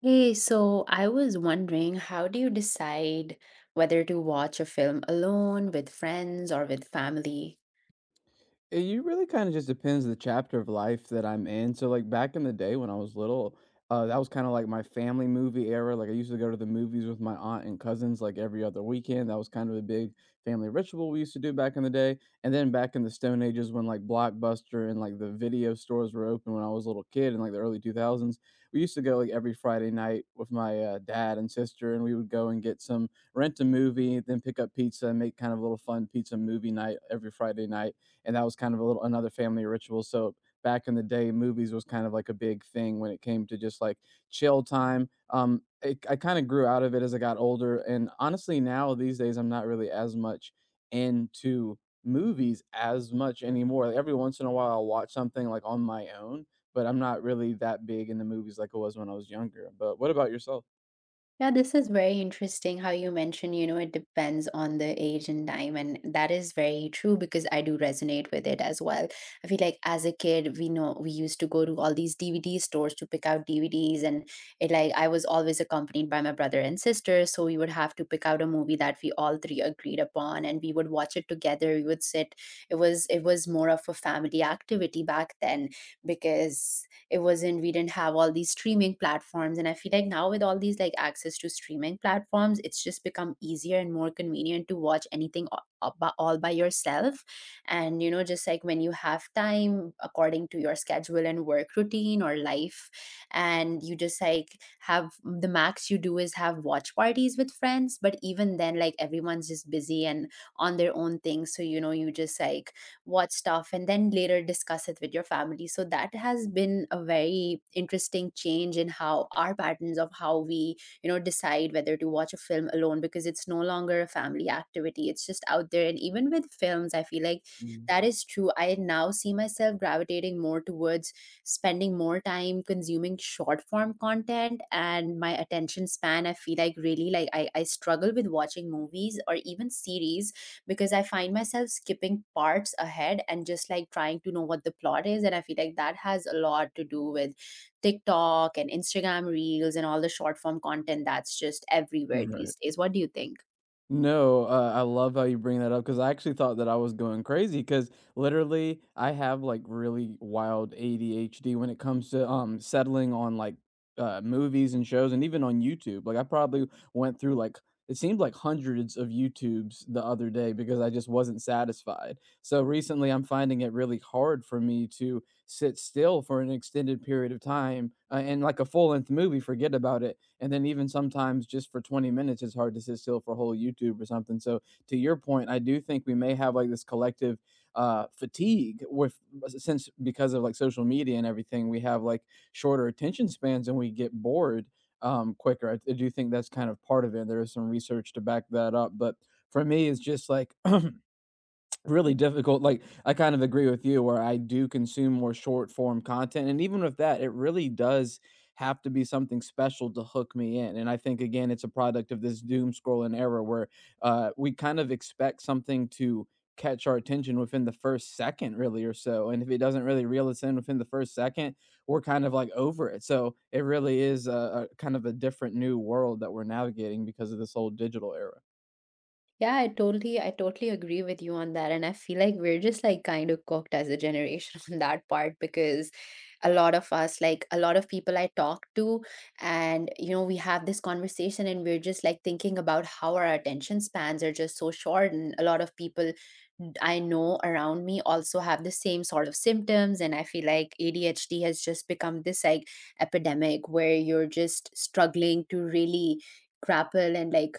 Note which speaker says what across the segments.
Speaker 1: Hey, so I was wondering, how do you decide whether to watch a film alone, with friends, or with family?
Speaker 2: It you really kinda just depends the chapter of life that I'm in. So, like, back in the day when I was little, that was kinda like my family movie era. Like, I used to go to the movies with my aunt and cousins, like, every other weekend. That was kind of a big family ritual we used to do back in the day. And then back in the Stone Ages when, like, Blockbuster and, like, the video stores were open when I was a little kid in, like, the early 2000s, we used to go, like, every Friday night with my, dad and sister, and we would go and get some rent a movie, then pick up pizza and make kind of a little fun pizza movie night every Friday night, and that was kind of a little another family ritual. So back in the day, movies was kind of like a big thing when it came to just like chill time. I kind of grew out of it as I got older, and honestly, now these days I'm not really as much into movies as much anymore. Like every once in a while, I'll watch something like on my own, but I'm not really that big in the movies like I was when I was younger. But what about yourself?
Speaker 1: Yeah, this is very interesting how you mentioned, it depends on the age and time. And that is very true because I do resonate with it as well. I feel like as a kid, we know we used to go to all these DVD stores to pick out DVDs. And it like I was always accompanied by my brother and sister. So we would have to pick out a movie that we all three agreed upon and we would watch it together. We would sit. It was more of a family activity back then because it wasn't we didn't have all these streaming platforms. And I feel like now, with all these like access to streaming platforms, it's just become easier and more convenient to watch anything all by yourself, and you know, just like when you have time according to your schedule and work routine or life. And you just like, have, the max you do is have watch parties with friends, but even then, like, everyone's just busy and on their own things. So you know, you just like watch stuff and then later discuss it with your family. So that has been a very interesting change in how our patterns, of how we, you know, decide whether to watch a film alone, because it's no longer a family activity. It's just out there. And even with films, I feel like
Speaker 2: Mm,
Speaker 1: that is true. I now see myself gravitating more towards spending more time consuming short form content. And my attention span, I feel like, really like I struggle with watching movies or even series because I find myself skipping parts ahead and just like trying to know what the plot is. And I feel like that has a lot to do with TikTok and Instagram reels and all the short form content that's just everywhere
Speaker 2: Right.
Speaker 1: these days. What do you think?
Speaker 2: No, I love how you bring that up because I actually thought that I was going crazy because literally I have like really wild ADHD when it comes to settling on like movies and shows and even on YouTube. Like I probably went through it seemed like hundreds of YouTubes the other day because I just wasn't satisfied. So recently I'm finding it really hard for me to sit still for an extended period of time, and like a full-length movie, forget about it. And then even sometimes just for 20 minutes, it's hard to sit still for a whole YouTube or something. So to your point, I do think we may have like this collective fatigue with since because of like social media and everything, we have like shorter attention spans and we get bored quicker. I do think that's kind of part of it. There is some research to back that up, but for me, it's just like really difficult. Like I kind of agree with you where I do consume more short form content. And even with that, it really does have to be something special to hook me in. And I think again, it's a product of this doom scrolling era where we kind of expect something to catch our attention within the first second really or so. And if it doesn't really reel us in within the first second, we're kind of like over it. So it really is a kind of a different new world that we're navigating because of this whole digital era.
Speaker 1: Yeah, I totally agree with you on that. And I feel like we're just like kind of cooked as a generation on that part, because a lot of us, like a lot of people I talk to, and you know, we have this conversation and we're just like thinking about how our attention spans are just so short. And a lot of people I know around me also have the same sort of symptoms. And I feel like ADHD has just become this like epidemic where you're just struggling to really grapple and like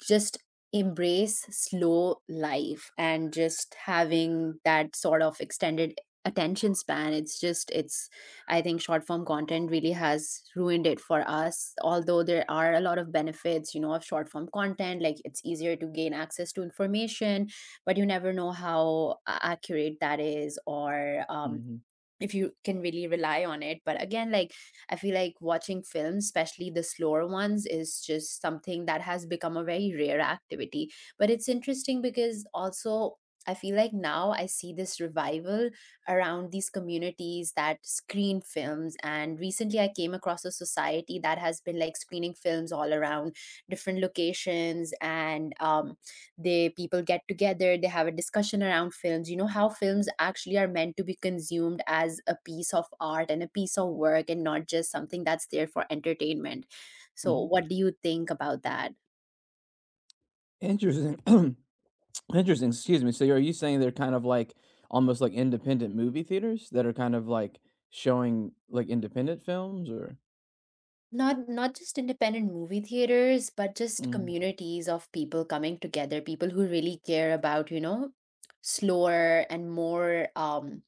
Speaker 1: just embrace slow life and just having that sort of extended attention span. It's, I think short form content really has ruined it for us, although there are a lot of benefits, you know, of short form content, like it's easier to gain access to information, but you never know how accurate that is, or
Speaker 2: hmm
Speaker 1: if you can really rely on it. But again, like, I feel like watching films, especially the slower ones, is just something that has become a very rare activity. But it's interesting because also I feel like now I see this revival around these communities that screen films. And recently I came across a society that has been like screening films all around different locations. And they, people get together, they have a discussion around films, you know, how films actually are meant to be consumed as a piece of art and a piece of work, and not just something that's there for entertainment. So
Speaker 2: hmm
Speaker 1: what do you think about that?
Speaker 2: Interesting. Interesting. Excuse me. So are you saying they're kind of like almost like independent movie theaters that are kind of like showing like independent films or?
Speaker 1: Not just independent movie theaters, but just
Speaker 2: Mm,
Speaker 1: communities of people coming together, people who really care about, you know, slower and more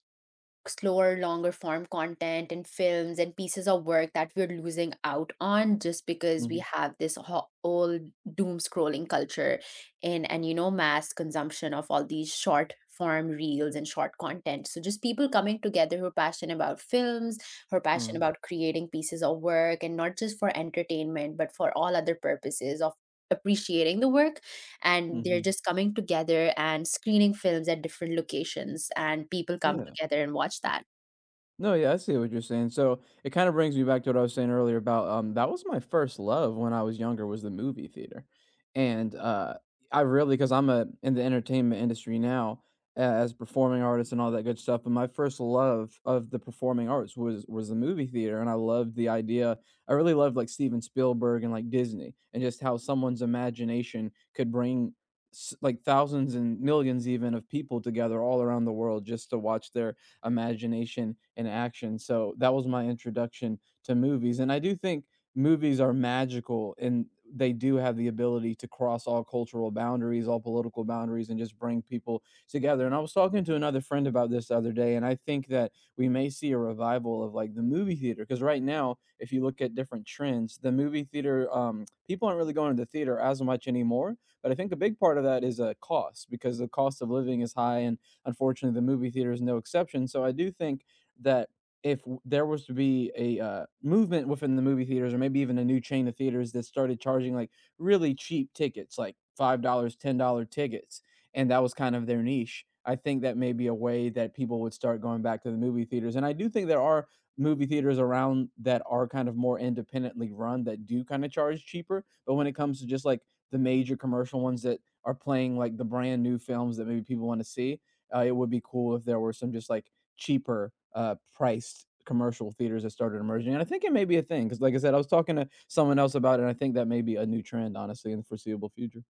Speaker 1: slower, longer form content and films and pieces of work that we're losing out on, just because we
Speaker 2: mhm,
Speaker 1: have this whole doom scrolling culture and, you know, mass consumption of all these short form reels and short content. So just people coming together who are passionate about films, who are
Speaker 2: uh,
Speaker 1: passionate about creating pieces of work, and not just for entertainment but for all other purposes of appreciating the work. And they're
Speaker 2: mhm.
Speaker 1: just coming together and screening films at different locations, and people come
Speaker 2: Yeah.
Speaker 1: together and watch that.
Speaker 2: No, yeah, I see what you're saying. So it kind of brings me back to what I was saying earlier about that was my first love when I was younger was the movie theater. And I really because I'm a in the entertainment industry now as performing artist and all that good stuff, but my first love of the performing arts was the movie theater and I loved the idea. I really loved like Steven Spielberg and like Disney and just how someone's imagination could bring like thousands and millions even of people together all around the world just to watch their imagination and action. So that was my introduction to movies. And I do think movies are magical and they do have the ability to cross all cultural boundaries, all political boundaries, and just bring people together. And I was talking to another friend about this the other day, and I think that we may see a revival of like the movie theater. Because right now, if you look at different trends, the movie theater, people aren't really going to the theater as much anymore. But I think a big part of that is a cost because the cost of living is high and unfortunately, the movie theater is no exception. So I do think that if there was to be a movement within the movie theaters, or maybe even a new chain of theaters that started charging like really cheap tickets, like $5, $10 tickets, and that was kind of their niche. I think that may be a way that people would start going back to the movie theaters. And I do think there are movie theaters around that are kind of more independently run that do kind of charge cheaper. But when it comes to just like the major commercial ones that are playing like the brand new films that maybe people want to see, it would be cool if there were some just like cheaper priced commercial theaters that started emerging. And I think it may be a thing because, like I said, I was talking to someone else about it, and I think that may be a new trend, honestly, in the foreseeable future.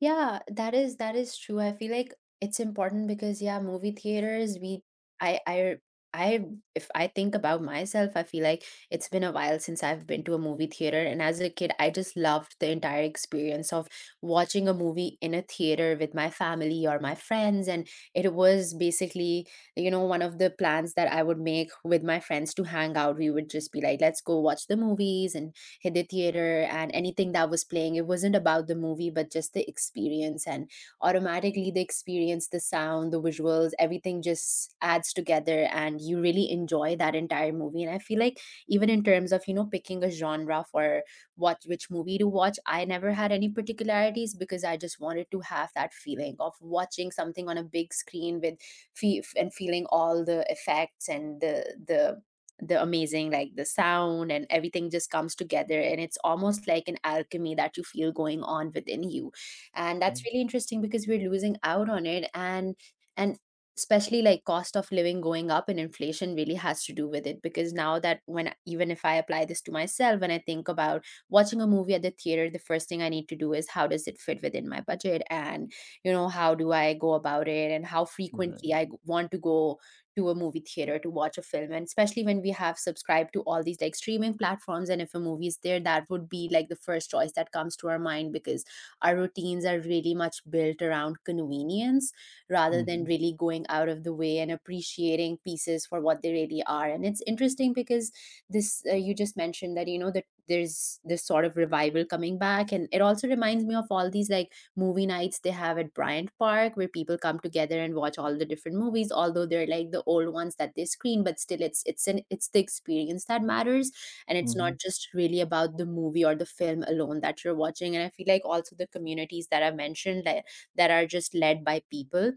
Speaker 1: Yeah, that is true. I feel like it's important because yeah, movie theaters, we, I I I, if I think about myself, I feel like it's been a while since I've been to a movie theater. And as a kid, I just loved the entire experience of watching a movie in a theater with my family or my friends. And it was basically, you know, one of the plans that I would make with my friends to hang out. We would just be like, let's go watch the movies and hit the theater, and anything that was playing. It wasn't about the movie, but just the experience. And automatically, the experience, the sound, the visuals, everything just adds together, and you really enjoy that entire movie. And I feel like, even in terms of, you know, picking a genre for what which movie to watch, I never had any particularities, because I just wanted to have that feeling of watching something on a big screen with fe- and feeling all the effects, and the amazing, like, the sound and everything just comes together, and it's almost like an alchemy that you feel going on within you. And that's
Speaker 2: Mm,
Speaker 1: really interesting because we're losing out on it. And especially like, cost of living going up and inflation really has to do with it, because now that, when even if I apply this to myself, when I think about watching a movie at the theater, the first thing I need to do is, how does it fit within my budget? And you know, how do I go about it and how frequently
Speaker 2: Right.
Speaker 1: I want to go to a movie theater to watch a film? And especially when we have subscribed to all these like streaming platforms, and if a movie is there, that would be like the first choice that comes to our mind, because our routines are really much built around convenience rather than
Speaker 2: Mhm,
Speaker 1: really going out of the way and appreciating pieces for what they really are. And it's interesting because this, you just mentioned that, you know, that there's this sort of revival coming back. And it also reminds me of all these like movie nights they have at Bryant Park, where people come together and watch all the different movies, although they're like the old ones that they screen. But still, it's the experience that matters, and it's not
Speaker 2: mhm,
Speaker 1: just really about the movie or the film alone that you're watching. And I feel like also the communities that I mentioned, that that are just led by people,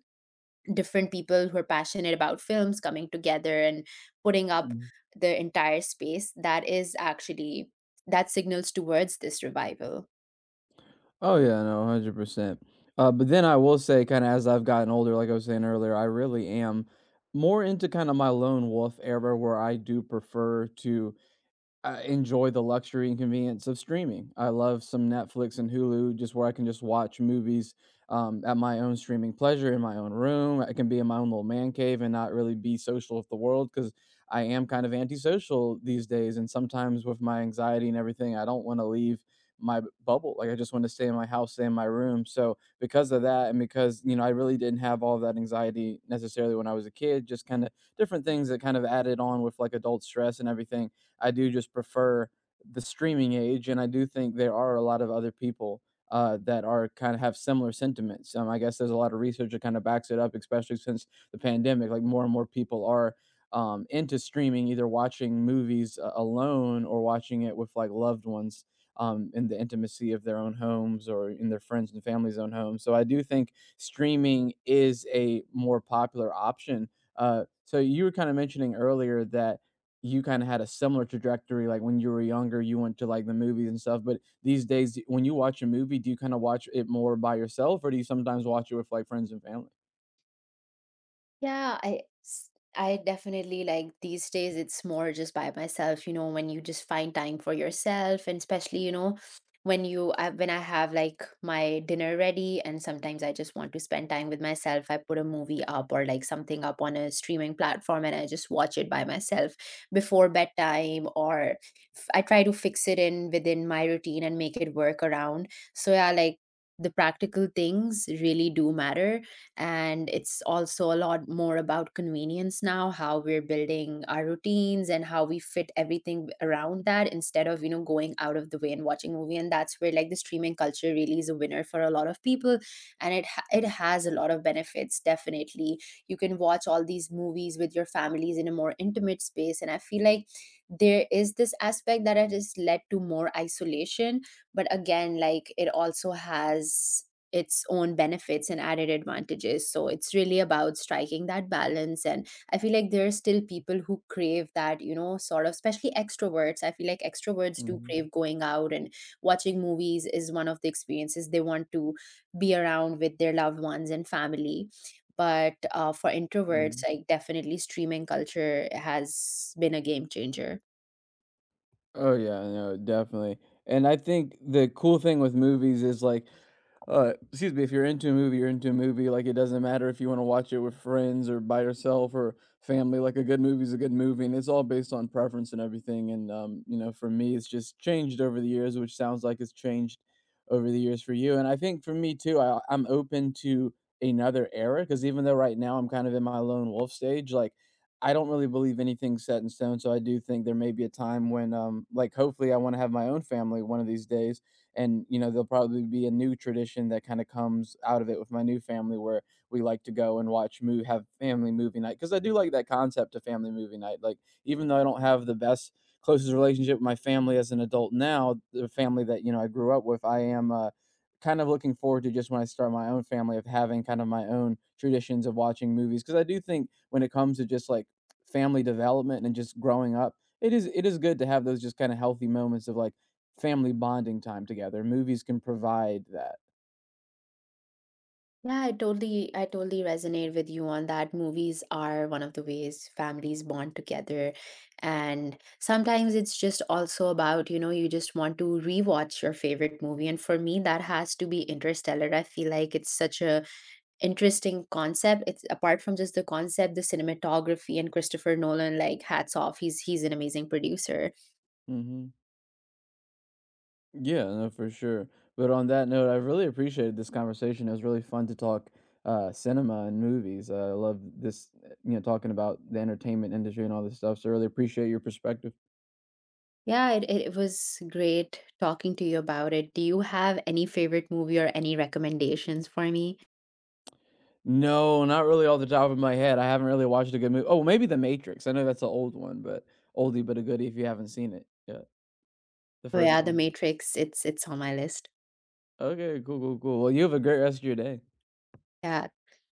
Speaker 1: different people who are passionate about films coming together and putting up
Speaker 2: mhm.
Speaker 1: the entire space that is actually, that signals towards this revival.
Speaker 2: Oh yeah, no, 100%. But then I will say, kind of as I've gotten older, like I was saying earlier, I really am more into kind of my lone wolf era, where I do prefer to I enjoy the luxury and convenience of streaming. I love some Netflix and Hulu just where I can just watch movies, at my own streaming pleasure in my own room. I can be in my own little man cave and not really be social with the world because I am kind of antisocial these days, and sometimes with my anxiety and everything, I don't wanna leave my b bubble, like, I just wanna stay in my house, stay in my room, so because of that and because, you know, I really didn't have all that anxiety necessarily when I was a kid, just kinda different things that kind of added on with, like, adult stress and everything, I do just prefer the streaming age, and I do think there are a lot of other people that are kind of have similar sentiments. I guess there's a lot of research that kind of backs it up, especially since the pandemic. Like more and more people are into streaming, either watching movies alone or watching it with like loved ones in the intimacy of their own homes or in their friends and family's own homes. So I do think streaming is a more popular option. So you were kind of mentioning earlier that you kinda had a similar trajectory, like, when you were younger, you went to, like, the movies and stuff, but these days, d when you watch a movie, do you kinda watch it more by yourself, or do you sometimes watch it with, like, friends and family?
Speaker 1: Yeah, I definitely like these days it's more just by myself, you know, when you just find time for yourself, and especially, you know, when you when I have like my dinner ready and sometimes I just want to spend time with myself, I put a movie up or like something up on a streaming platform, and I just watch it by myself before bedtime, or I try to fix it in within my routine and make it work around. So yeah, like, the practical things really do matter, and it's also a lot more about convenience now, how we're building our routines and how we fit everything around that, instead of, you know, going out of the way and watching movie. And that's where like the streaming culture really is a winner for a lot of people. And it has a lot of benefits, definitely. You can watch all these movies with your families in a more intimate space. And I feel like there is this aspect that it has led to more isolation, but again, like, it also has its own benefits and added advantages. So it's really about striking that balance. And I feel like there are still people who crave that, you know, sort of, especially extroverts. I feel like extroverts do
Speaker 2: Mhm,
Speaker 1: crave going out, and watching movies is one of the experiences they want to be around with their loved ones and family. But for introverts,
Speaker 2: mhm.
Speaker 1: like, definitely streaming culture has been a game changer.
Speaker 2: Oh, yeah, no, definitely, and I think the cool thing with movies is, like, excuse me, if you're into a movie, you're into a movie. Like it doesn't matter if you want to watch it with friends or by yourself or family. Like a good movie's a good movie, and it's all based on preference and everything. And you know, for me, it's just changed over the years, which sounds like it's changed over the years for you. And I think for me too, I'm open to another era because even though right now I'm kind of in my lone wolf stage, like, I don't really believe anything's set in stone, so I do think there may be a time when, like, hopefully, I want to have my own family one of these days, and you know there'll probably be a new tradition that kind of comes out of it with my new family where we like to go and watch move have family movie night because I do like that concept of family movie night. Like even though I don't have the best closest relationship with my family as an adult now, the family that, you know, I grew up with, I am kind of looking forward to just when I start my own family of having kind of my own traditions of watching movies because I do think when it comes to just like family development and just growing up, it is good to have those just kind of healthy moments of like family bonding time together. Movies can provide that.
Speaker 1: Yeah, I totally resonate with you on that. Movies are one of the ways families bond together. And sometimes it's just also about, you know, you just want to rewatch your favorite movie. And for me, that has to be Interstellar. I feel like it's such a interesting concept. It's, apart from just the concept, the cinematography and Christopher Nolan, like, hats off. He's an amazing producer.
Speaker 2: Mhm. Yeah, no, for sure. But on that note, I really appreciated this conversation. It was really fun to talk cinema and movies. I love this, you know, talking about the entertainment industry and all this stuff. So, really appreciate your perspective.
Speaker 1: Yeah, it was great talking to you about it. Do you have any favorite movie or any recommendations for me?
Speaker 2: No, not really off the top of my head. I haven't really watched a good movie. Oh, maybe The Matrix. I know that's an old one, but oldie but a goodie if you haven't seen it. Yeah, the
Speaker 1: Oh,
Speaker 2: first
Speaker 1: yeah, The
Speaker 2: one.
Speaker 1: Matrix, it's on my list.
Speaker 2: Okay, cool, cool, cool. Well, you have a great rest of your day.
Speaker 1: Yeah.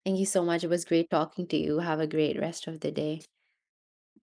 Speaker 1: Thank you so much. It was great talking to you. Have a great rest of the day.